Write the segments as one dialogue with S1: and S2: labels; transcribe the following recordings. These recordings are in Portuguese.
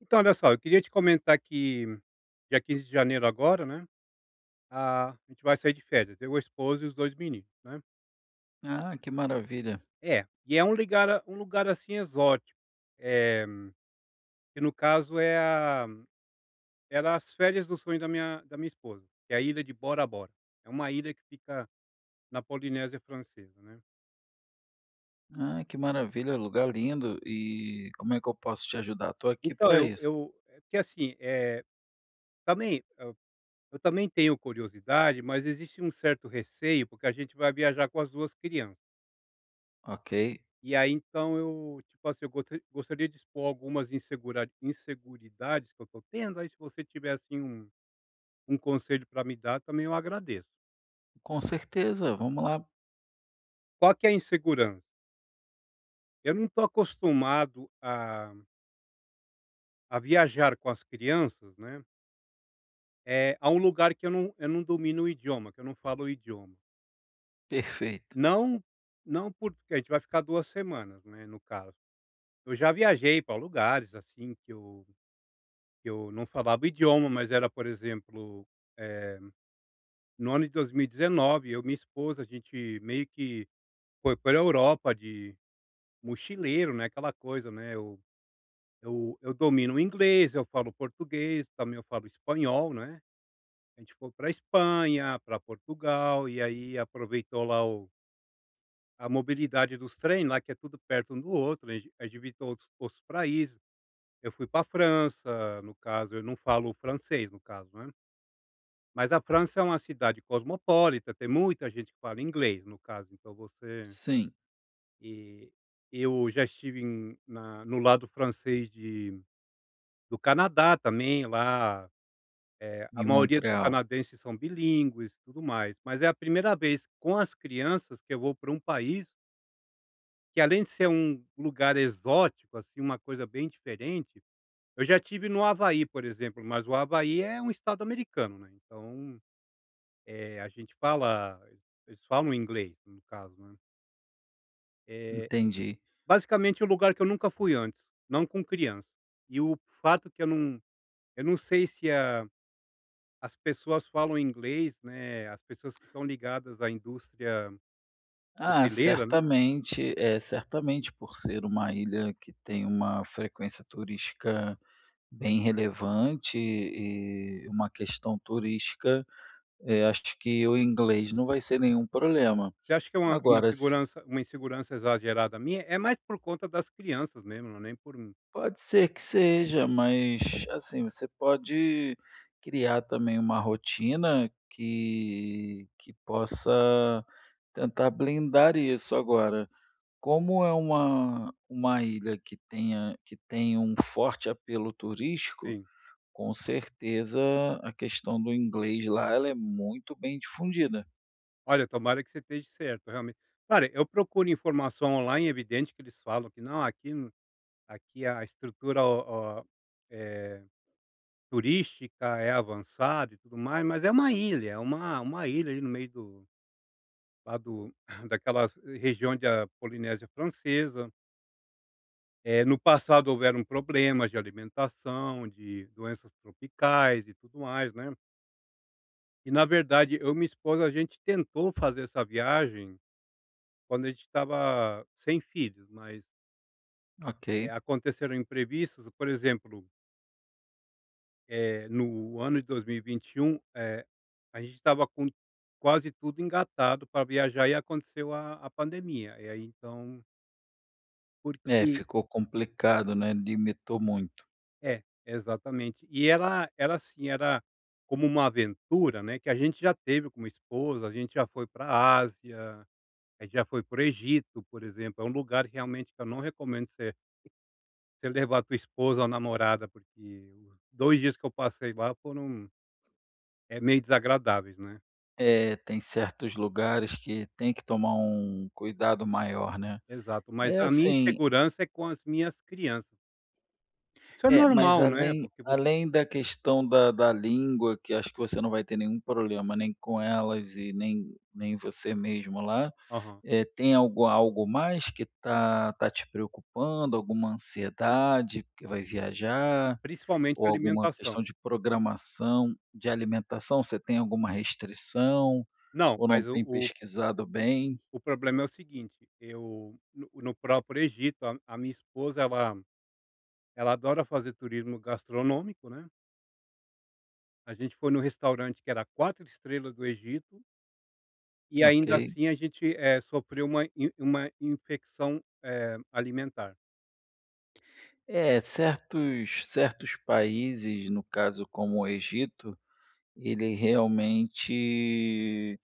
S1: Então, olha só, eu queria te comentar que dia 15 de janeiro agora, né, a gente vai sair de férias, eu, a esposa e os 2 meninos, né.
S2: Ah, que maravilha.
S1: É, e é um ligar um lugar, assim, exótico, eh, que no caso é a era as férias do sonho da minha esposa, que é a ilha de Bora Bora. É uma ilha que fica na Polinésia Francesa, né. E-
S2: Ah, que maravilha, lugar lindo. E como é que eu posso te ajudar? Estou aqui
S1: Então
S2: para
S1: eu
S2: isso,
S1: eu é porque, assim, também eu também tenho curiosidade, mas existe um certo receio, porque a gente vai viajar com as 2 crianças.
S2: ok?
S1: E aí então eu, tipo assim, eu gostaria de expor algumas insegura inseguridades que eu estou tendo, aí se você tiver, assim, um um conselho para me dar também eu agradeço.
S2: Com certeza, vamos lá.
S1: Qual que é a insegurança? Eu não estou acostumado a viajar com as crianças, né, é a um lugar que eu não domino o idioma, que eu não falo o idioma.
S2: Perfeito.
S1: Não não porque a gente vai ficar 2 semanas, né, no caso. Eu já viajei para lugares, assim, que eu não falava o idioma, mas era, por exemplo, eh no ano de 2019, eu e minha esposa, a gente meio que foi para a Europa de mochileiro, né, aquela coisa, né, eu domino o inglês, eu falo português, também eu falo espanhol, né. A gente foi para Espanha, para Portugal, e aí aproveitou lá o a mobilidade dos trens, lá, que é tudo perto um do outro, né? A gente visitou outros países. Eu fui para França, no caso, eu não falo francês, no caso, né. Mas a França é uma cidade cosmopolita, tem muita gente que fala inglês, no caso, então você
S2: Sim,
S1: e eu já estive em na no lado francês de do Canadá também, lá,
S2: em
S1: a maioria dos
S2: Montreal.
S1: canadenses são bilíngues, e tudo mais. Mas é a primeira vez com as crianças que eu vou para um país que além de ser um lugar exótico, assim, uma coisa bem diferente, eu já tive no Havaí, por exemplo, mas o Havaí é um estado americano, né, então Eh, a gente fala eles falam inglês, no caso, né. é
S2: Entendi.
S1: Basicamente é um lugar que eu nunca fui antes, não com criança. E o fato que eu não sei se a as pessoas falam inglês, né, as pessoas que estão ligadas à indústria
S2: Ah,
S1: hoteleira, né.
S2: certamente, é certamente por ser uma ilha que tem uma frequência turística bem relevante e uma questão turística, acho que o inglês não vai ser nenhum problema.
S1: Você acha que é uma
S2: Agora,
S1: segurança uma insegurança exagerada minha? É mais por conta das crianças mesmo, não é nem por mim.
S2: pode ser que seja, mas assim, você pode criar também uma rotina que possa tentar blindar isso. Agora, como é uma ilha que tem um forte apelo turístico,
S1: Sim.
S2: com certeza a questão do inglês lá ela é muito bem difundida.
S1: Olha, tomara que você esteja certo, realmente. Claro, eu procuro informação online, é evidente que eles falam que: "Não, aqui". Aqui a estrutura eh, turística é avançada e tudo mais, mas é uma ilha, é uma ilha ali no meio do lá do daquela região onde Polinésia Francesa. No passado houveram problemas de alimentação, de doenças tropicais e tudo mais, né. E na verdade eu e minha esposa, a gente tentou fazer essa viagem quando a gente estava sem filhos, mas,
S2: Ok.
S1: aconteceram imprevistos, por exemplo. No ano de 2021, a gente estava com quase tudo engatado para viajar e aconteceu a pandemia. E aí então
S2: É,
S1: porque
S2: ficou complicado, né, limitou muito.
S1: é, exatamente. E era era assim, era como uma aventura, né, que a gente já teve como minha esposa, a gente já foi para a Ásia, a gente já foi para o Egito, por exemplo. É um lugar que realmente que eu não recomendo você levar a tua esposa ou namorada, porque os 2 dias que eu passei lá foram, é meio desagradáveis, né.
S2: É, tem certos lugares que tem que tomar um cuidado maior, né.
S1: Exato, mas
S2: É
S1: a minha
S2: assim,
S1: insegurança é com as minhas crianças. Isso é
S2: é, mas
S1: normal, né,
S2: além
S1: porque você
S2: além da questão da língua, que acho que você não vai ter nenhum problema nem com elas e nem você mesmo lá,
S1: aham.
S2: é tem algo, algo mais que tá te preocupando? Alguma ansiedade porque vai viajar?
S1: Principalmente
S2: Ou alguma questão
S1: alimentação.
S2: de programação, de alimentação, você tem alguma restrição
S1: Não,
S2: ou não
S1: mas o
S2: tem
S1: o
S2: pesquisado bem?
S1: o problema é o seguinte, eu no próprio Egito, a minha esposa ela adora fazer turismo gastronômico, né, a gente foi num restaurante que era 4 estrelas do Egito, e ainda
S2: Ok.
S1: assim a gente, sofreu uma in uma infecção, alimentar.
S2: É, certos países, no caso como o Egito, ele realmente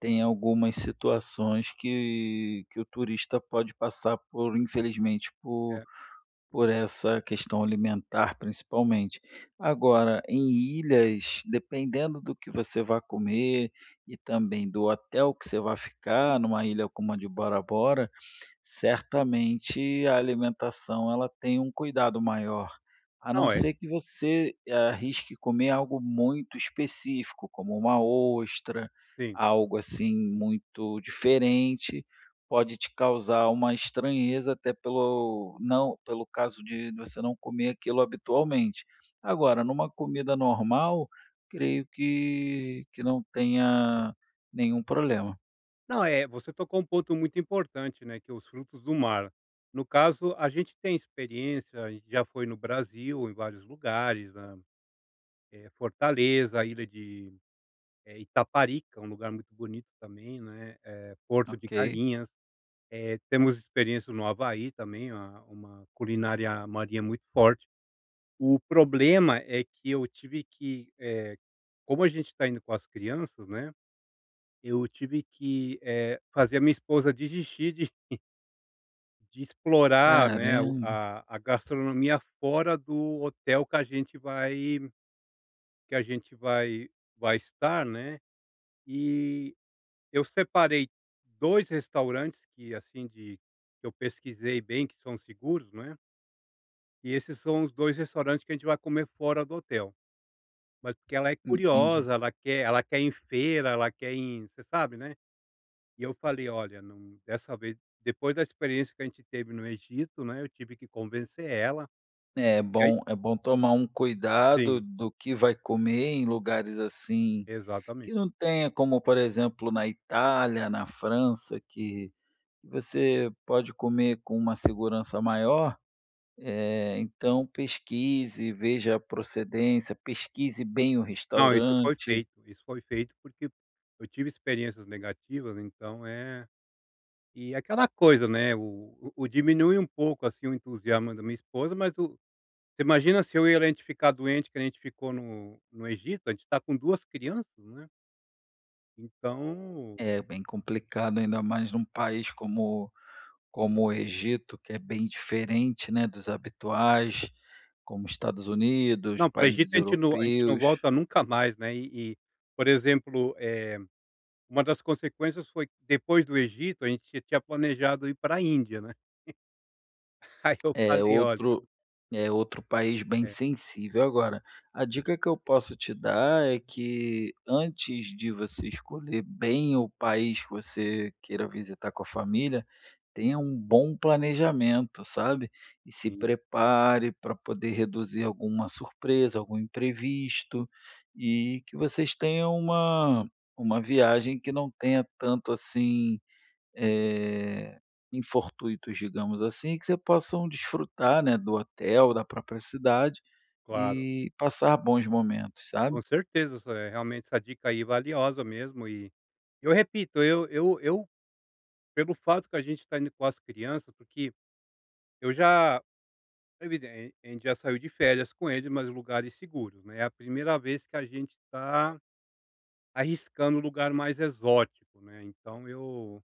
S2: tem algumas situações que o turista pode passar por, infelizmente,
S1: É.
S2: por essa questão alimentar, principalmente. Agora, em ilhas, dependendo do que você vai comer e também do hotel que você vai ficar, numa ilha como a de Bora Bora, certamente a alimentação ela tem um cuidado maior, a não
S1: Não, é
S2: ser que você arrisque comer algo muito específico, como uma ostra,
S1: sim.
S2: algo assim muito diferente, pode te causar uma estranheza até pelo não pelo caso de você não comer aquilo habitualmente. Agora, numa comida normal, creio que não tenha nenhum problema,
S1: Não, é, você tocou um ponto muito importante, né, que é os frutos do mar. No caso, a gente tem experiência, a gente já foi no Brasil, em vários lugares, né, Fortaleza, a ilha de Itaparica, um lugar muito bonito também, né, Porto de
S2: ok?
S1: Galinhas. Temos experiência no Havaí também, uma culinária marinha muito forte. O problema é que eu tive que, como a gente está indo com as crianças, né, eu tive que fazer a minha esposa desistir de explorar, né,
S2: Caramba,
S1: a gastronomia fora do hotel que a gente vai estar, né. E eu separei 2 restaurantes que, assim, de que eu pesquisei bem, que são seguros, né, e esses são os dois restaurantes que a gente vai comer fora do hotel. Mas porque ela é
S2: entendi.
S1: curiosa, ela quer ir em feira, ela quer ir em você sabe, né. E eu falei: "Olha, não dessa vez", depois da experiência que a gente teve no Egito, né, eu tive que convencer ela.
S2: É
S1: E aí
S2: bom é bom tomar um cuidado
S1: sim,
S2: do que vai comer em lugares, assim, que
S1: exatamente.
S2: não tenha, como, por exemplo, na Itália, na França, que você pode comer com uma segurança maior. Então pesquise, veja a procedência, pesquise bem o
S1: Não,
S2: restaurante.
S1: isso foi feito porque eu tive experiências negativas, então é e aquela coisa, né, o diminui um pouco, assim, o entusiasmo da minha esposa, mas o você imagina se eu e ela, a gente ficar doente, que a gente ficou no Egito, a gente está com 2 crianças, né, então
S2: É bem complicado, ainda mais num país como o Egito, que é bem diferente, né, dos habituais, como Estados Unidos,
S1: não, para o Egito
S2: países
S1: a gente não
S2: europeus.
S1: volta nunca mais, né, e, por exemplo, uma das consequências foi que depois do Egito, a gente tinha planejado ir para a Índia, né, aí eu
S2: É
S1: falei: "Olha". É.
S2: outro é outro país bem sensível. Agora, a dica que eu posso te dar é que, antes de você escolher bem o país que você queira visitar com a família, tenha um bom planejamento, sabe? E se
S1: Sim,
S2: prepare para poder reduzir alguma surpresa, algum imprevisto, e que vocês tenham uma viagem que não tenha tanto assim, eh, infortuitos, digamos assim, que você possam desfrutar, né, do hotel, da própria cidade
S1: claro.
S2: e passar bons momentos, sabe?
S1: Com certeza, isso é realmente, essa dica aí é valiosa mesmo e eu repito, eu pelo fato que a gente está indo com as crianças, porque eu já evidente, a gente já saiu de férias com eles, mas em lugares seguros, né, é a primeira vez que a gente está arriscando um lugar mais exótico, né, então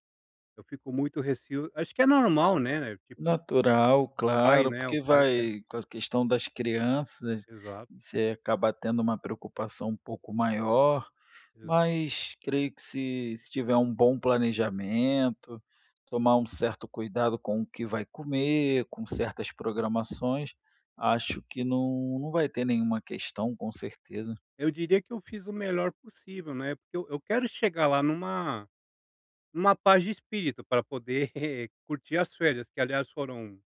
S1: eu fico muito receio, acho que é normal, né, né? Tipo o
S2: Natural,
S1: pai,
S2: claro,
S1: né, o
S2: porque
S1: pai
S2: vai com a questão das crianças,
S1: exato,
S2: você acaba tendo uma preocupação um pouco maior,
S1: exato.
S2: mas creio que se tiver um bom planejamento, tomar um certo cuidado com o que vai comer, com certas programações, acho que não vai ter nenhuma questão, com certeza.
S1: Eu diria que eu fiz o melhor possível, né, porque eu quero chegar lá numa uma paz de espírito para poder curtir as férias, que aliás foram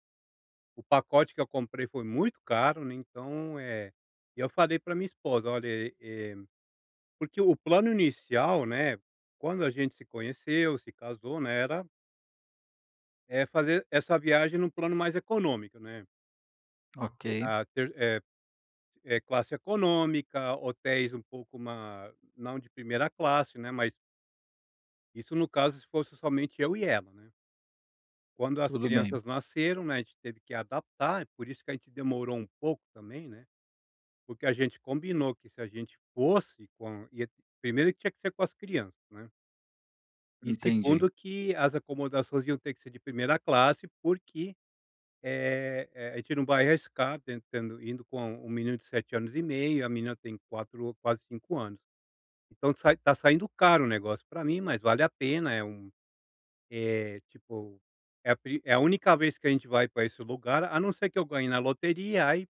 S1: o pacote que eu comprei foi muito caro, né, então, é e eu falei para minha esposa: "Olha, eh", porque o plano inicial, né, quando a gente se conheceu, se casou, né, era, é fazer essa viagem num plano mais econômico, né,
S2: Ok,
S1: a ter é é, classe econômica, hotéis um pouco uma não de primeira classe, né, mas isso no caso se fosse somente eu e ela, né. Quando as
S2: tudo bem,
S1: crianças nasceram, né, a gente teve que adaptar, é por isso que a gente demorou um pouco também, né, porque a gente combinou que se a gente fosse com ia primeiro que tinha que ser com as crianças, né, e segundo
S2: entendi.
S1: que as acomodações iam ter que ser de primeira classe, porque, a gente não vai arriscar tendo indo com um menino de 7 anos e meio, a menina tem 4, quase 5 anos. Então sai tá saindo caro o negócio para mim, mas vale a pena, é um Eh, tipo, é a pri é a única vez que a gente vai para esse lugar, a não ser que eu ganhe na loteria, aí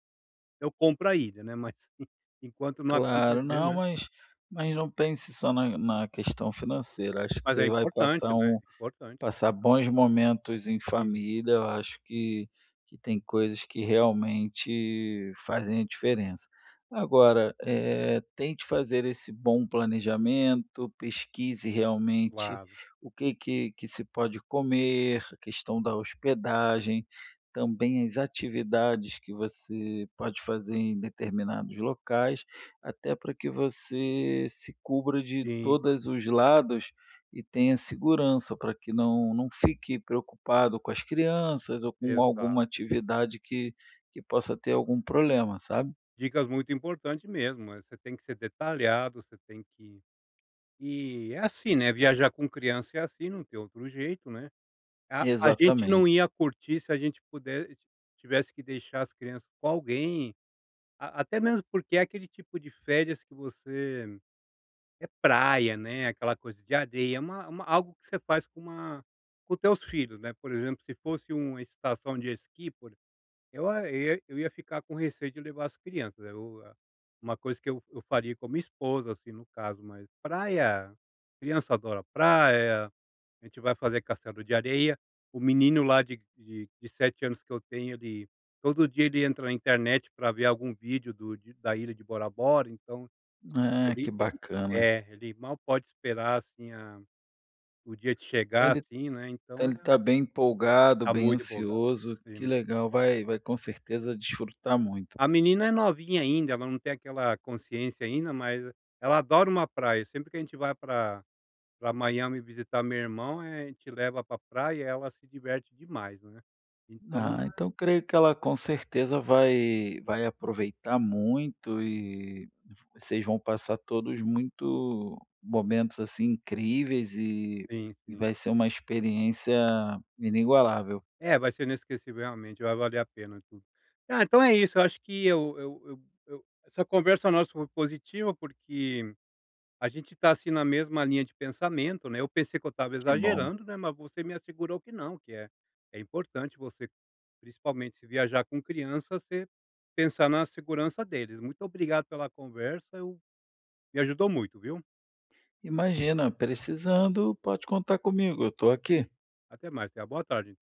S1: eu compro a ilha, né, mas enquanto não
S2: Claro,
S1: acontecer,
S2: não,
S1: né.
S2: mas não pense só na questão financeira, acho que
S1: Mas
S2: você
S1: é
S2: vai
S1: importante,
S2: passar
S1: né,
S2: um.
S1: é importante.
S2: Passar bons momentos em
S1: Sim,
S2: família, eu acho que tem coisas que realmente fazem a diferença. Agora, tente fazer esse bom planejamento, pesquise realmente
S1: claro.
S2: o que se pode comer, a questão da hospedagem, também as atividades que você pode fazer em determinados locais, até para que você se cubra de
S1: Sim,
S2: todos os lados e tenha segurança para que não fique preocupado com as crianças ou com
S1: exato.
S2: alguma atividade que possa ter algum problema, sabe.
S1: Dicas muito importantes mesmo, você tem que ser detalhado, você tem que e é assim, né, viajar com criança é assim, não tem outro jeito, né. A gente não
S2: Exatamente.
S1: ia curtir se a gente pudesse tivesse que deixar as crianças com alguém. A até mesmo porque é aquele tipo de férias que você é praia, né, aquela coisa de areia, é uma algo que você faz com teus filhos, né, por exemplo, se fosse uma estação de esqui por eu a eu ia ficar com receio de levar as crianças, né, eu a uma coisa que eu faria com a minha esposa, assim, no caso, mas praia criança adora praia, a gente vai fazer castelo de areia. O menino lá de 7 anos que eu tenho, ele todo dia ele entra na internet para ver algum vídeo do de da ilha de Bora Bora, então
S2: Ah, que
S1: ele
S2: bacana.
S1: é, ele mal pode esperar, assim, a o dia de
S2: Então
S1: chegar,
S2: ele
S1: assim, né,
S2: então
S1: então é
S2: ele está bem empolgado,
S1: tá
S2: bem
S1: muito empolgado.
S2: ansioso, que
S1: Sim.
S2: legal, vai, vai com certeza desfrutar muito.
S1: A menina é novinha ainda, ela não tem aquela consciência ainda, mas ela adora uma praia. Sempre que a gente vai para Miami visitar meu irmão, a gente leva para praia e ela se diverte demais, né. Então
S2: Ah, então creio que ela com certeza vai, vai aproveitar muito e vocês vão passar todos muito momentos, assim, incríveis
S1: sim,
S2: e
S1: sim.
S2: vai ser uma experiência inigualável.
S1: É, vai ser inesquecível realmente, vai valer a pena tudo. Ah, então é isso, eu acho que eu essa conversa nossa foi positiva, porque a gente está assim, na mesma linha de pensamento, né, eu pensei que eu estava
S2: Que bom.
S1: exagerando, né, mas você me assegurou que não, que é é importante você, principalmente se viajar com criança, você pensar na segurança deles. Muito obrigado pela conversa, eu me ajudou muito, viu.
S2: Imagina, precisando, pode contar comigo, eu estou aqui.
S1: Até mais, tenha boa tarde.